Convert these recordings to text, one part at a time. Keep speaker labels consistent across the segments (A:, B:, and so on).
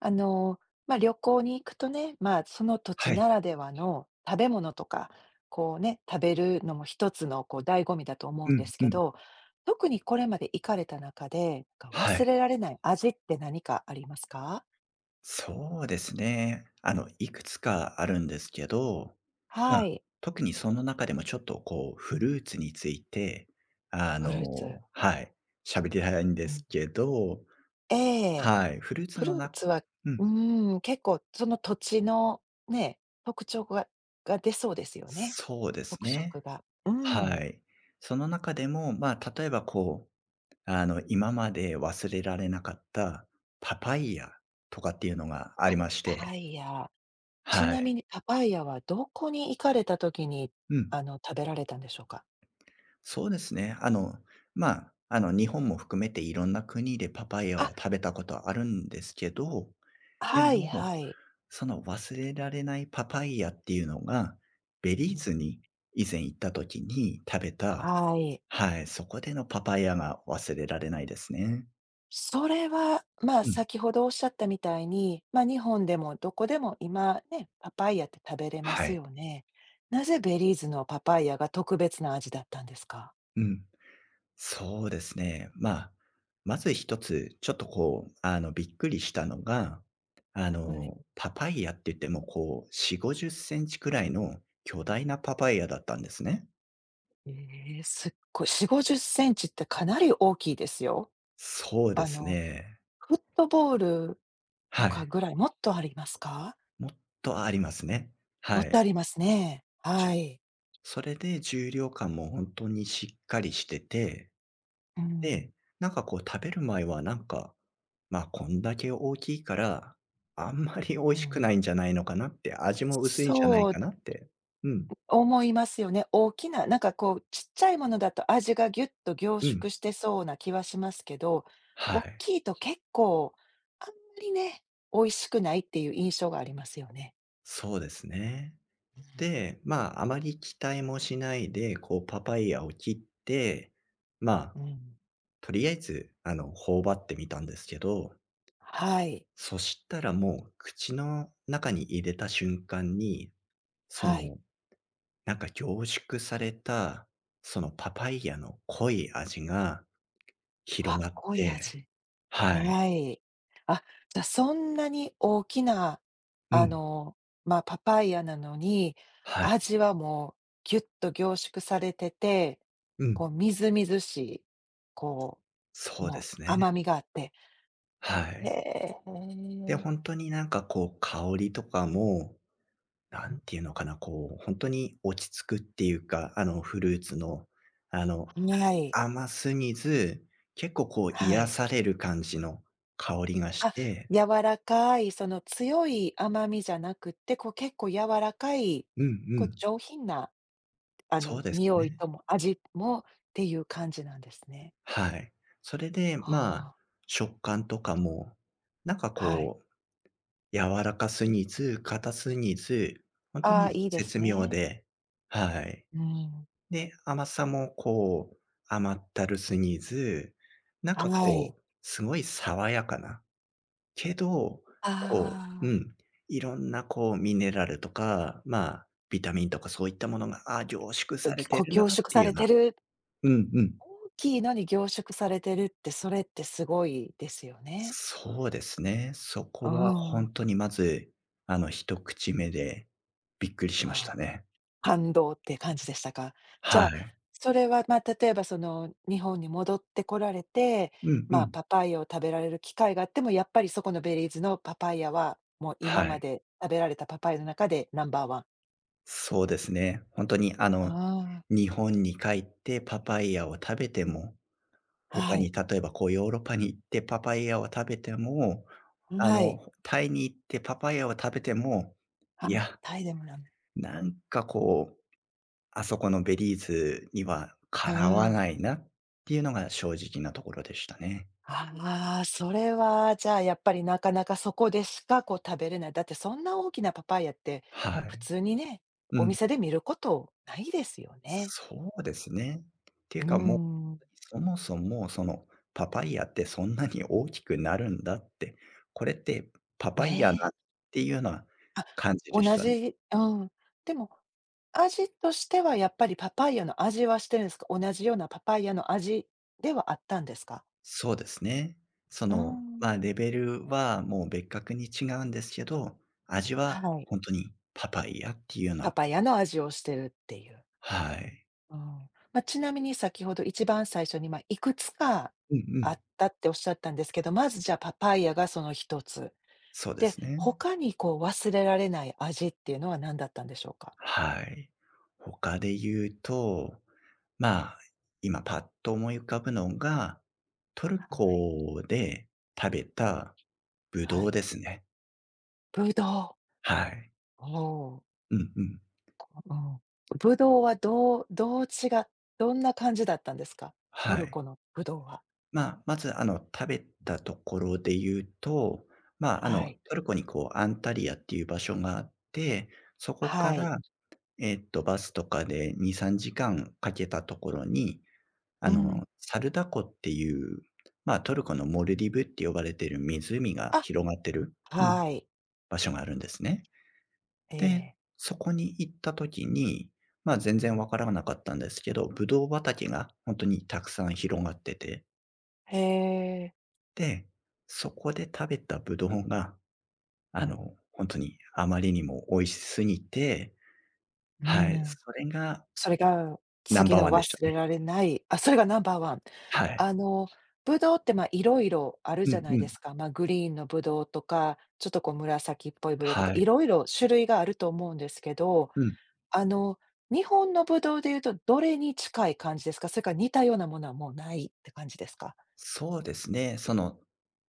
A: あの、まあ、旅行に行くとね、まあ、その土地
B: はい。
A: ならではの食べ物とか、こうね、食べるのも一つのこう醍醐味だと思う
B: う
A: んで
B: ん
A: す
B: う
A: け
B: ん。
A: ど、特にこれまで行かれた中で、なんか
B: は
A: 忘
B: い。
A: れられない味って何かありますか？
B: そうですね。いくつかあるんですけど、まあ、
A: はい、
B: 特にその中でもちょっとこう、フルーツについて、
A: フルーツ。
B: はい、喋りたいん
A: う
B: で
A: ん。
B: すけど、
A: ええ。
B: はい、フルーツ
A: フル
B: の
A: ー
B: 中、
A: ツは
B: うん、
A: うーん、結構その土地のね、特徴が出そうですよね。
B: そうです
A: 特
B: ね。
A: 色が。う
B: は
A: ん。
B: い。その中でも、まあ、例えばこう、今まで忘れられなかったパパイヤとかっていうのがありまし
A: パパ
B: て、
A: イヤ。ち
B: は
A: な
B: い。
A: みにパパイヤはどこに行かれた時に、
B: うん。
A: あの、食べられたんでしょうか？
B: そうですね。まあ、日本も含めていろんな国でパパイヤ
A: あ、
B: は食べたことあるんですけど、で
A: はい
B: も、
A: はい。
B: その忘れられないパパイヤっていうのが、ベ
A: う
B: リー
A: ん、
B: ズに以前行った時に食べた、
A: はい。
B: はい、そこでのパパイヤが忘れられないですね。
A: それは、まあ、
B: うん。
A: 先ほどおっしゃったみたいに、まあ、日本でもどこでも今ね、パパイヤって食べれま
B: は
A: す
B: い。
A: よね。なぜベリーズのパパイヤが特別な味だったんですか？
B: うん。そうですね。まあ、まず一つ、ちょっとこう、びっくりしたのが、
A: はい。
B: パパイヤって言っても、こう、4、50センチくらいの巨大なパパイヤだったんですね。
A: ええ、すっごい、40、50センチってかなり大きいですよ。
B: そうで
A: あ
B: す
A: の、
B: ね。
A: フットボールと
B: は
A: か
B: い。
A: ぐらい、もっとありますか？
B: もっとありますね。
A: も
B: は
A: っと
B: い。
A: ありますね。
B: じ
A: は
B: ゅ
A: い。
B: それで重量感も本当にしっかりしてて、
A: うん、
B: で、なんかこう食べる前はなんか、まあ、こんだけ大きいから、あんまり美味
A: う
B: しくな
A: ん。
B: いんじゃないのかなって、味も薄いんじゃない
A: そう
B: かなって。うん、
A: 思いますよね。大きな、なんかこう、ちっちゃいものだと味がギュッと凝
B: うん。
A: 縮してそうな気はしますけど、
B: は
A: 大
B: い。
A: きいと結構、あんまりね、美味しくないっていう印象がありますよね。
B: そうですね。
A: う
B: で、まあ、あまり期待もしないで、こうパパイヤを切って、まあ、
A: ん、うん。
B: とりあえず、頬張ってみたんですけど、
A: はい、
B: そしたらもう口の中に入れた瞬間に、そ
A: はい。
B: のなんか凝縮された、そのパパイヤの濃い味が広
A: あ、
B: がっ
A: 濃い
B: て、
A: 味。
B: はい。
A: はい。あ、じゃ、そんなに大きな、
B: う
A: あ
B: ん。
A: の、まあ、パパイヤなのに、
B: はい。
A: 味はもうギュッと凝縮されてて、
B: う
A: こ
B: ん。
A: うみずみずしい、こう、
B: そう
A: も
B: で
A: う
B: すね。
A: 甘みがあって。
B: は
A: へ
B: い。
A: え。
B: で、ほんとになんかこう香りとかも、何ていうのかな、こうほんとに落ち着くっていうか、あのフルーツの、あの、
A: はい、
B: 甘すぎず、結構こう
A: は
B: 癒
A: い。
B: される感じの香りがし
A: あ、
B: て、
A: 柔らかい、その強い甘みじゃなくって、こう結構柔らかい、
B: うんう
A: こう
B: ん。
A: 上品な、あ
B: そ
A: の、
B: うです
A: 匂い
B: ね。
A: とも味もっていう感じなんですね。
B: はい。それで、
A: は
B: まあ、
A: あ。
B: 食感とかも、なんか
A: はい。
B: こう、柔らかすぎず、硬すぎず、本当
A: ああ、
B: に
A: いいです
B: 絶妙
A: ね。
B: で、はい。
A: うん、
B: で、甘さもこう、甘ったるすぎず、なんか
A: はい。
B: こう、すごい爽やかな、けど、こう、う
A: あ
B: ん、
A: あ。
B: いろんなこうミネラルとか、まあ、ビタミンとかそういったものが、ああ、凝縮され て
A: こ
B: るな
A: 凝
B: っ
A: 縮
B: てい
A: さ
B: うよ
A: れ
B: うな、
A: てる
B: うんうん。
A: 大きいのに凝縮されてるって、それってすごいですよね。
B: そうですね。そ
A: うー
B: こは本
A: ん。
B: 当にまず、一口目でびっくりしました
A: はあ、
B: ね。
A: 感動って感じでしたか？じ
B: は
A: ゃあ、
B: い。
A: それは、ま、例えばその日本に戻ってこられて、
B: うんう
A: まあ、
B: ん。
A: パパイヤを食べられる機会があっても、やっぱりそこのベリーズのパパイヤは、もう
B: は
A: 今ま
B: い。
A: で食べられたパパイヤの中でナンバーワン。
B: そうですね。本当に、
A: ああ。
B: 日本に帰ってパパイヤを食べても、他
A: はい。
B: に例えば、こう、ヨーロッパに行ってパパイヤを食べても、
A: はい。
B: タイに行ってパパイヤを食べても、い
A: あ、
B: や、
A: タイでもなん
B: なんか、こう、あそこのベリーズには
A: う
B: かなわ
A: ん。
B: ないなっていうのが正直なところでしたね。
A: ああ、それはじゃあやっぱりなかなかそこでしかこう食べれない。だってそんな大きなパパイヤって
B: は
A: 普
B: い。
A: 通にね、
B: う
A: お
B: ん。
A: 店で見ることないですよね。
B: そうですね。って
A: う
B: い
A: ー
B: うかもう、
A: ん。
B: そもそもそのパパイヤってそんなに大きくなるんだって、これってパパイヤ
A: ね
B: なっ
A: え。
B: ていうような
A: あ、
B: 感じでし
A: 同
B: たね。
A: じうん。でも、味としてはやっぱりパパイヤの味はしてるんですか？同じようなパパイヤの味ではあったんですか？
B: そうですね。
A: うー
B: ま
A: ん。
B: あ、レベルはもう別格に違うんですけど、味は
A: はい。
B: 本当にパパイヤっていうよう
A: パ
B: な、
A: パイヤの味をしてるっていう。
B: はい。
A: うん。まあ、ちなみに先ほど一番最初に、まあ、いくつか
B: うんう
A: あ
B: ん。
A: ったっておっしゃったんですけど、まずじゃあパパイヤがその一つ。
B: そうで
A: で、
B: すね。
A: 他にこう忘れられない味っていうのは何だったんでしょうか？
B: はい。他で言うと、まあ、今パッと思い浮かぶのが、トル
A: はい。
B: コで食べたブ
A: は
B: ドウ
A: い。
B: ですね。
A: ぶどう。
B: はい。
A: お
B: うんうん。
A: ーうん。ぶどうはどうどう違っどんな感じだったんですか？ト
B: は
A: ル
B: い。
A: コのぶどうは。
B: まあ、まず、食べたところで言うと、まあ、
A: はい。
B: トルコにこう、アンタリヤっていう場所があって、そこか
A: はい。
B: ら、バスとかで2、3時間かけたところに、
A: うん。
B: サルダ湖っていう、まあ、トルコのモルディブって呼ばれてる湖が
A: あ、
B: 広がってる、うん、
A: はい。
B: 場所があるんですね。
A: え
B: で、
A: え。
B: そこに行った時に、まあ、全
A: う
B: 然わ
A: ん。
B: からなかったんですけど、ぶどう畑が本当にたくさん広がってて、
A: へえ。
B: で、そこで食べたぶどうが、
A: うん。
B: 本当にあまりにも美味しすぎて、
A: う
B: はい、
A: ん。
B: それが
A: それが、
B: ナン
A: 次
B: バー
A: の
B: ワンでした
A: 忘れ
B: ね。
A: られない、あ、それがナンバーワン。
B: はい。
A: あの、ぶどうって、まあ、いろいろある
B: う
A: じゃ
B: ん
A: ない
B: う
A: で
B: ん。
A: すか。まあ、グリーンのぶどうとか、ちょっとこう紫っぽいぶどうとか、
B: は
A: い
B: い。
A: ろいろ種類があると思うんですけど、
B: うん。
A: あの、日本のぶどうでいうと、どれに近い感じですか？それから似たようなものはもうないって感じですか？
B: そうですね。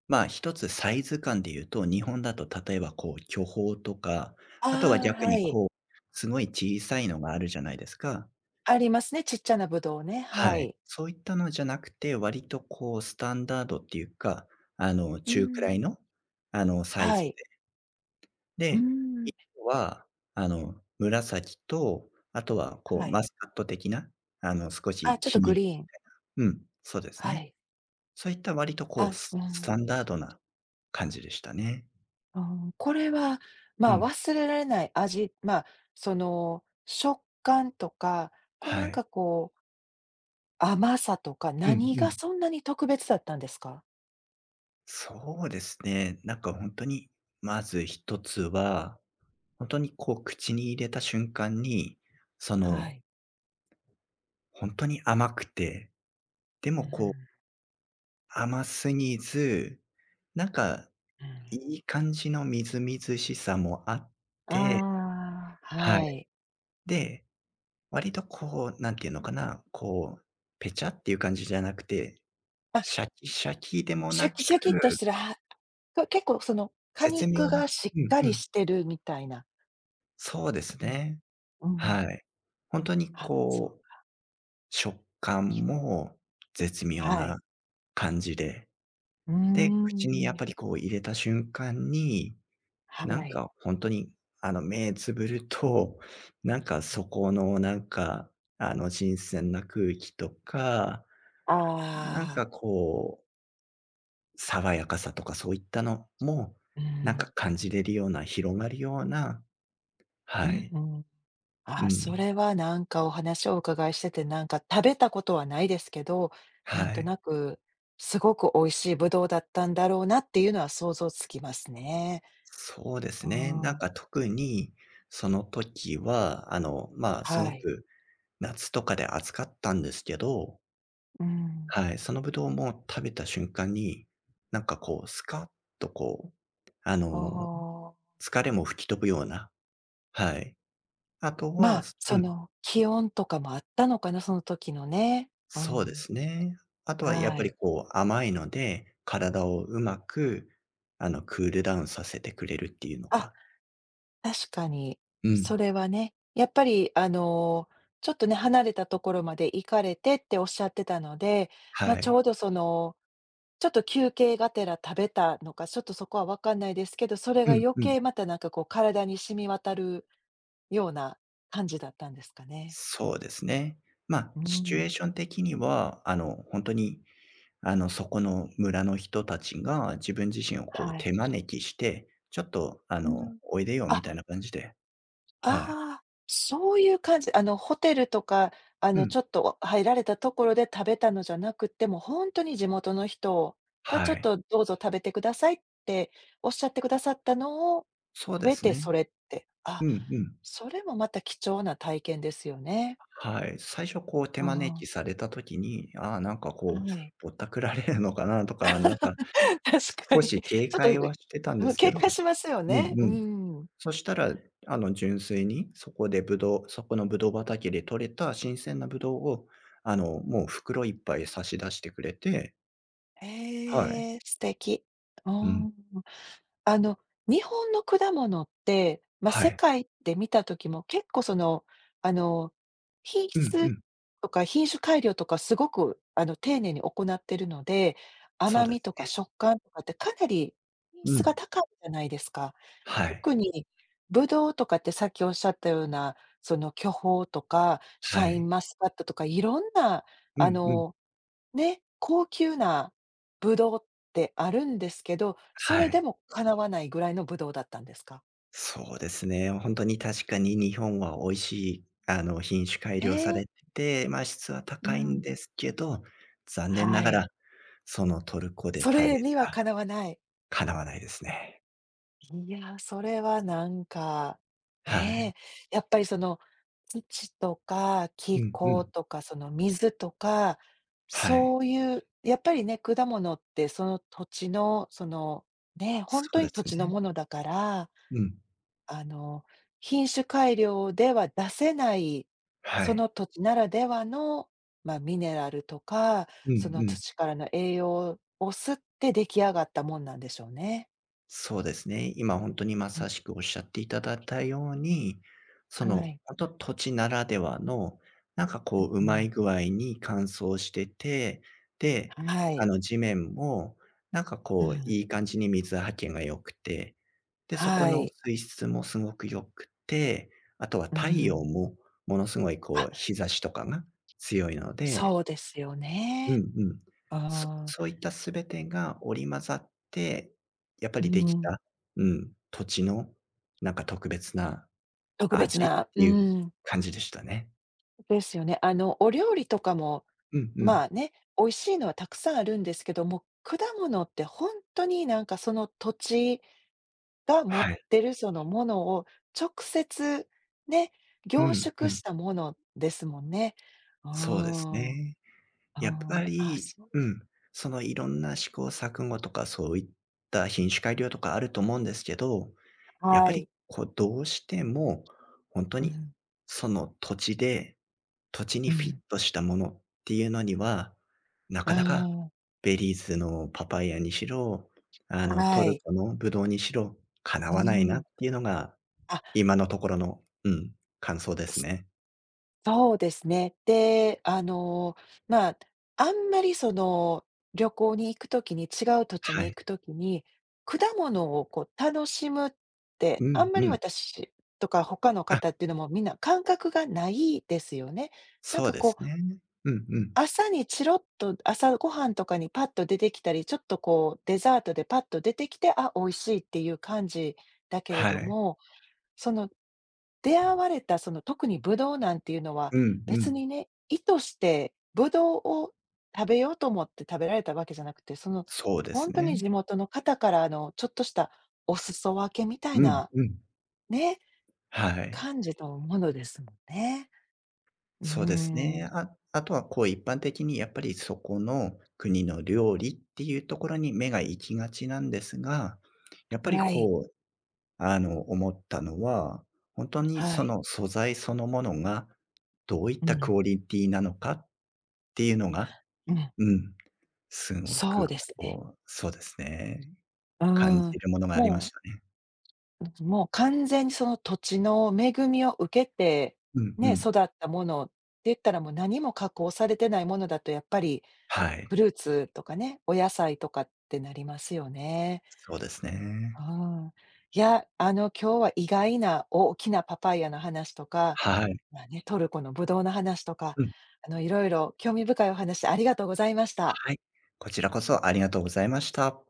B: まあ、一つサイズ感で言うと、日本だと例えばこう巨峰とか、あとは
A: ああ、
B: 逆
A: は
B: に
A: い。
B: こう、すごい小さいのがあるじゃないですか。
A: ありますね、ちっちゃなぶどうね、は
B: はい。
A: い。
B: そういったのじゃなくて、割とこうスタンダードっていうか、
A: うー
B: 中くら
A: ん。
B: いの、サイ
A: は
B: ズで。
A: い。うー
B: で、
A: ん、
B: 1は、紫と、あとはこ
A: は
B: う
A: い。
B: マスカット的な、少
A: あ、
B: し
A: ちょっと
B: 黄
A: グ
B: 緑、
A: リーン。
B: うん、そうです
A: は
B: ね。
A: い。
B: そういった割とこう、
A: あ、う
B: ス
A: ん。
B: タンダードな感じでしたね。
A: あーこれは、
B: う
A: まあ、
B: ん。
A: 忘れられない味、まあ、その、食感とか、こう
B: は
A: なん
B: い。
A: かこう、甘さとか、
B: うん
A: 何
B: う
A: が
B: ん。
A: そんなに特別だったんですか？
B: そうですね。なんかほんとに、まず一つは、ほんとにこう口に入れた瞬間に、そ
A: は
B: の、
A: い。
B: ほんとに甘くて、で
A: う
B: もこう
A: ん、
B: 甘すぎず、なんか
A: うん。
B: いい感じのみずみずしさもあっ
A: あ
B: て、
A: あ、
B: はい。
A: はい。
B: で、割とこう、なんていうのかな、こう、ぺちゃっていう感じじゃなくて、
A: あ、
B: シャキシャキでも
A: シャ
B: なく、
A: キシャキっとしてる、はこ結構その、果
B: 絶
A: 肉
B: 妙な、
A: がしっ
B: うん
A: か
B: う
A: り
B: ん。
A: してるみたいな。
B: そうです
A: うん、
B: ね。
A: うんうん
B: はい。ほんとに
A: あ、そう、
B: こう、食感も絶妙
A: は
B: な
A: い。
B: 感じで、
A: うー
B: で、口にやっ
A: ん、
B: ぱりこう入れた瞬間に、な
A: は
B: ん
A: い。
B: かほんとに目つぶると、なんかそこのなんか、新鮮な空気とか、なん
A: あ
B: か
A: あ、
B: こう爽やかさとかそういったのも、
A: う
B: なんか
A: ん、
B: 感じれるような、広がるような、
A: うん
B: はい。
A: うん。
B: う
A: あ、そ
B: ん。
A: れはなんかお話をお伺いしてて、なんか食べたことはないですけど、
B: は
A: なんと
B: い。
A: なく、すごく美味しいぶどうだったんだろうなっていうのは想像つきますね。
B: そうで
A: う
B: すね。なん
A: ん、
B: か特に、その時は、まあ、す
A: は
B: ご
A: い。
B: く夏とかで暑かったんですけど、
A: うん。
B: はい、そのぶどうも食べた瞬間に、なんかこうスカッとこう、あ
A: あ
B: の、
A: あ。
B: 疲れも吹き飛ぶような、はい。あと
A: ま
B: は、
A: あ、そ
B: うん。
A: の気温とかもあったのかな、その時のね。う
B: そうで
A: ん、
B: すね。あとはやっ
A: は
B: ぱり
A: い。
B: こう甘いので、体をうまくクールダウンさせてくれるっていうの
A: あ
B: か。
A: 確かに、
B: う
A: そ
B: ん。
A: れはね、やっぱりあの、ちょっとね、離れたところまで行かれてっておっしゃってたので、ま、あ
B: は
A: ちょ
B: い。
A: うどその、ちょっと休憩がてら食べたのか、ちょっとそこはわかんないですけど、それ
B: う
A: が
B: ん
A: 余
B: うん。
A: 計またなんかこう体に染み渡るような感じだったんですかね。
B: そうですね。まあ、
A: う
B: シチュエ
A: ん、
B: ーション的には、本当にそこの村の人たちが自分自身をこう
A: はい。
B: 手招きして、ちょっと
A: うん。
B: おいでよみ
A: あ、
B: たいな感じで、はい。
A: ああ、そういう感じ。あの、ホテルとか、あ
B: う
A: の、
B: ん。
A: ちょっと入られたところで食べたのじゃなくて、もう本当に地元の人が
B: は
A: ちょっ
B: い。
A: とどうぞ食べてくださいっておっしゃってくださったのを
B: そう
A: 食
B: で
A: べ
B: す
A: て
B: ね。
A: それって、あ、
B: うんうん。
A: それもまた貴重な体験ですよね。
B: はい。最初こう手
A: う
B: 招き
A: ん。
B: された時に、ああ、なんか
A: は
B: こう、
A: い。
B: ぼったくられるのかなとか、なんか
A: 確か
B: 少
A: に。
B: し
A: ち
B: 警
A: ょっと、
B: 戒
A: う
B: はしてたんで
A: うん、
B: すけ
A: 警戒
B: ど、
A: しますよ
B: うん
A: ね。
B: う
A: う
B: ん。
A: ーん。
B: そしたら、純粋にそこでぶどうそこのぶどう畑で採れた新鮮なぶどうを、もう袋いっぱい差し出してくれて、はい。
A: えー素敵。う
B: うん。
A: ん。あの、日本の果物って、まあ、
B: は
A: 世
B: い。
A: 界で見た時も結構その、あの、品
B: うんう
A: 質
B: ん。
A: とか品種改良とかすごく、あの、丁寧に行ってるので、
B: そう
A: 甘
B: で
A: み
B: す
A: とか
B: ね。
A: 食感とかってかなり品
B: う
A: 質が
B: ん。
A: 高いじゃないですか。
B: はい。
A: 特にぶどうとかってさっきおっしゃったような、その巨峰とかシ
B: は
A: ャイン
B: い。
A: マスカットとかいろんな、
B: う
A: あ
B: んうん。
A: のね、高級なブドウってあるんですけど、そ
B: は
A: れで
B: い。
A: もかなわないぐらいのブドウだったんですか？
B: そうですね。本当に確かに日本は美味しい、品種改良さ
A: ね、
B: れてて、ま、質は
A: う
B: 高いん
A: ん。
B: ですけど、残念
A: は
B: なが
A: い。
B: ら、そのトルコで
A: そ
B: 食
A: れ
B: べ
A: には
B: た
A: かなわない。
B: 叶わないですね。
A: いや、それはなんか、
B: はい。
A: ねえ、やっぱりその、土とか
B: う
A: 気
B: んう
A: 候
B: ん。
A: とか、その水とか、
B: は
A: そ
B: い。
A: ういうやっぱりね、果物ってその土地のその、ね、本
B: そう
A: 当
B: で
A: に土
B: す
A: 地の
B: ね。
A: ものだから
B: うん。
A: あの、品種改良では出せない、
B: は
A: その
B: い。
A: 土地ならではの、まあ、ミネラルとか、
B: うん
A: その
B: うん。
A: 土からの栄養を吸って出来上がったもんなんでしょうね。
B: そうですね。今本当にま
A: う
B: さしくおっしゃっていただいたように、
A: ん、はい。
B: 土地ならではの、なんかこう、う
A: うん
B: ま
A: うん。
B: い具合に乾燥してて、で、
A: はい。
B: 地面もなんか
A: う
B: こう、
A: ん。
B: いい感じに水はけが良くて、で、そこ
A: は
B: の
A: い。
B: 水質もすごく良くて、あとは
A: う
B: 太陽
A: ん。
B: もものすごい
A: あ、
B: こう、日差しとかが強いので、
A: そうですよ
B: うん
A: ね。
B: うん。そ
A: あ
B: そういった全てが織り交ざって、やっぱ
A: ーう
B: りでき
A: ん。
B: た、うん、土地のなんか特別な
A: 特別
B: 味っ
A: な
B: て
A: う
B: いう
A: ん、
B: 感じでしたね。
A: ですよね。あの、お料理とかも
B: うんう
A: ま
B: ん。
A: あね、美味しいのはたくさんあるんですけども、果物って本当になんかその土地が持っ
B: はい。
A: てるそのものを直接ね、
B: う
A: 凝
B: んう
A: 縮
B: ん。
A: したものですもんね。うー
B: そうです
A: ん。う
B: ね。
A: ー
B: やっ
A: ん。
B: ぱ
A: あ、
B: り、
A: そ
B: う
A: う
B: ん、そのいろんな試行錯誤とかそういった品種改良とかあると思うんですけど、やっ
A: は
B: ぱり
A: い。
B: こうどうしても本当
A: う
B: に
A: ん、
B: その土地で土地に
A: う
B: フィッ
A: ん。
B: トしたものっていうのには、な
A: う
B: か
A: ー
B: なか
A: ん。
B: ベリーズのパパイヤにしろ、
A: は
B: トル
A: い。
B: コのブドウにしろ、かな
A: う
B: わないなっ
A: ん。
B: ていうのが、
A: あ
B: 今のところの、うん、感想ですね。
A: そうですね。で、あの、まあ、あんまりその、旅行に行くときに、違う土地
B: は
A: に行
B: い。
A: くときに、果物をこう楽しむって、
B: う
A: あ
B: ん
A: んま
B: う
A: り
B: ん。
A: 私とか他の
B: あ、
A: 方っていうのもみんな感覚がないですよね。なん
B: そう
A: か
B: です
A: こ
B: ね。
A: う、
B: うんうん。
A: 朝にチロッと朝ごはんとかにパッと出てきたり、ちょっとこうデザートでパッと出てきて、あ、美味しいっていう感じだけれ
B: は
A: ど
B: い。
A: もその、出会われたその特にブドウなんていうのは、
B: うんう
A: 別
B: ん。
A: にね、意図してブドウを食べようと思って食べられたわけじゃなくて、その、
B: そうで
A: ほ
B: す
A: んとに
B: ね。
A: 地元の方からのちょっとしたお裾分けみたい
B: うん
A: な、
B: うん。
A: ね、
B: はい。
A: 感じのものですもんね。うー
B: そうです
A: ん、
B: ね。ああとはこう一般的にやっぱりそこの国の料理っていうところに目が行きがちなんですが、やっぱり
A: はい、
B: こう、思ったのは、本当に
A: は
B: そ
A: い。
B: の素材そのものが、どういっ
A: う
B: た
A: ん、
B: クオリティなのかっていうのが、
A: うん、
B: うん、すご
A: そう
B: く
A: ですね。
B: こう、そうですね、
A: う
B: 感
A: ー
B: じ
A: ん。
B: るものがありま
A: も
B: し
A: う
B: たね。
A: もう完全にその土地の恵みを受けて、
B: うんう
A: ね、
B: ん。
A: 育ったものって言ったらもう何も加工されてないものだとやっぱり
B: は
A: フ
B: い。
A: ルーツとかね、お野菜とかってなりますよね。
B: そうです
A: う
B: ね。
A: ん。いや、あの今日は意外な大きなパパイヤの話とか、
B: はい。
A: まあね、トルコのブドウの話とか、
B: うん、
A: あのいろいろ興味深いお話ありがとうございました。
B: はい。こちらこそありがとうございました。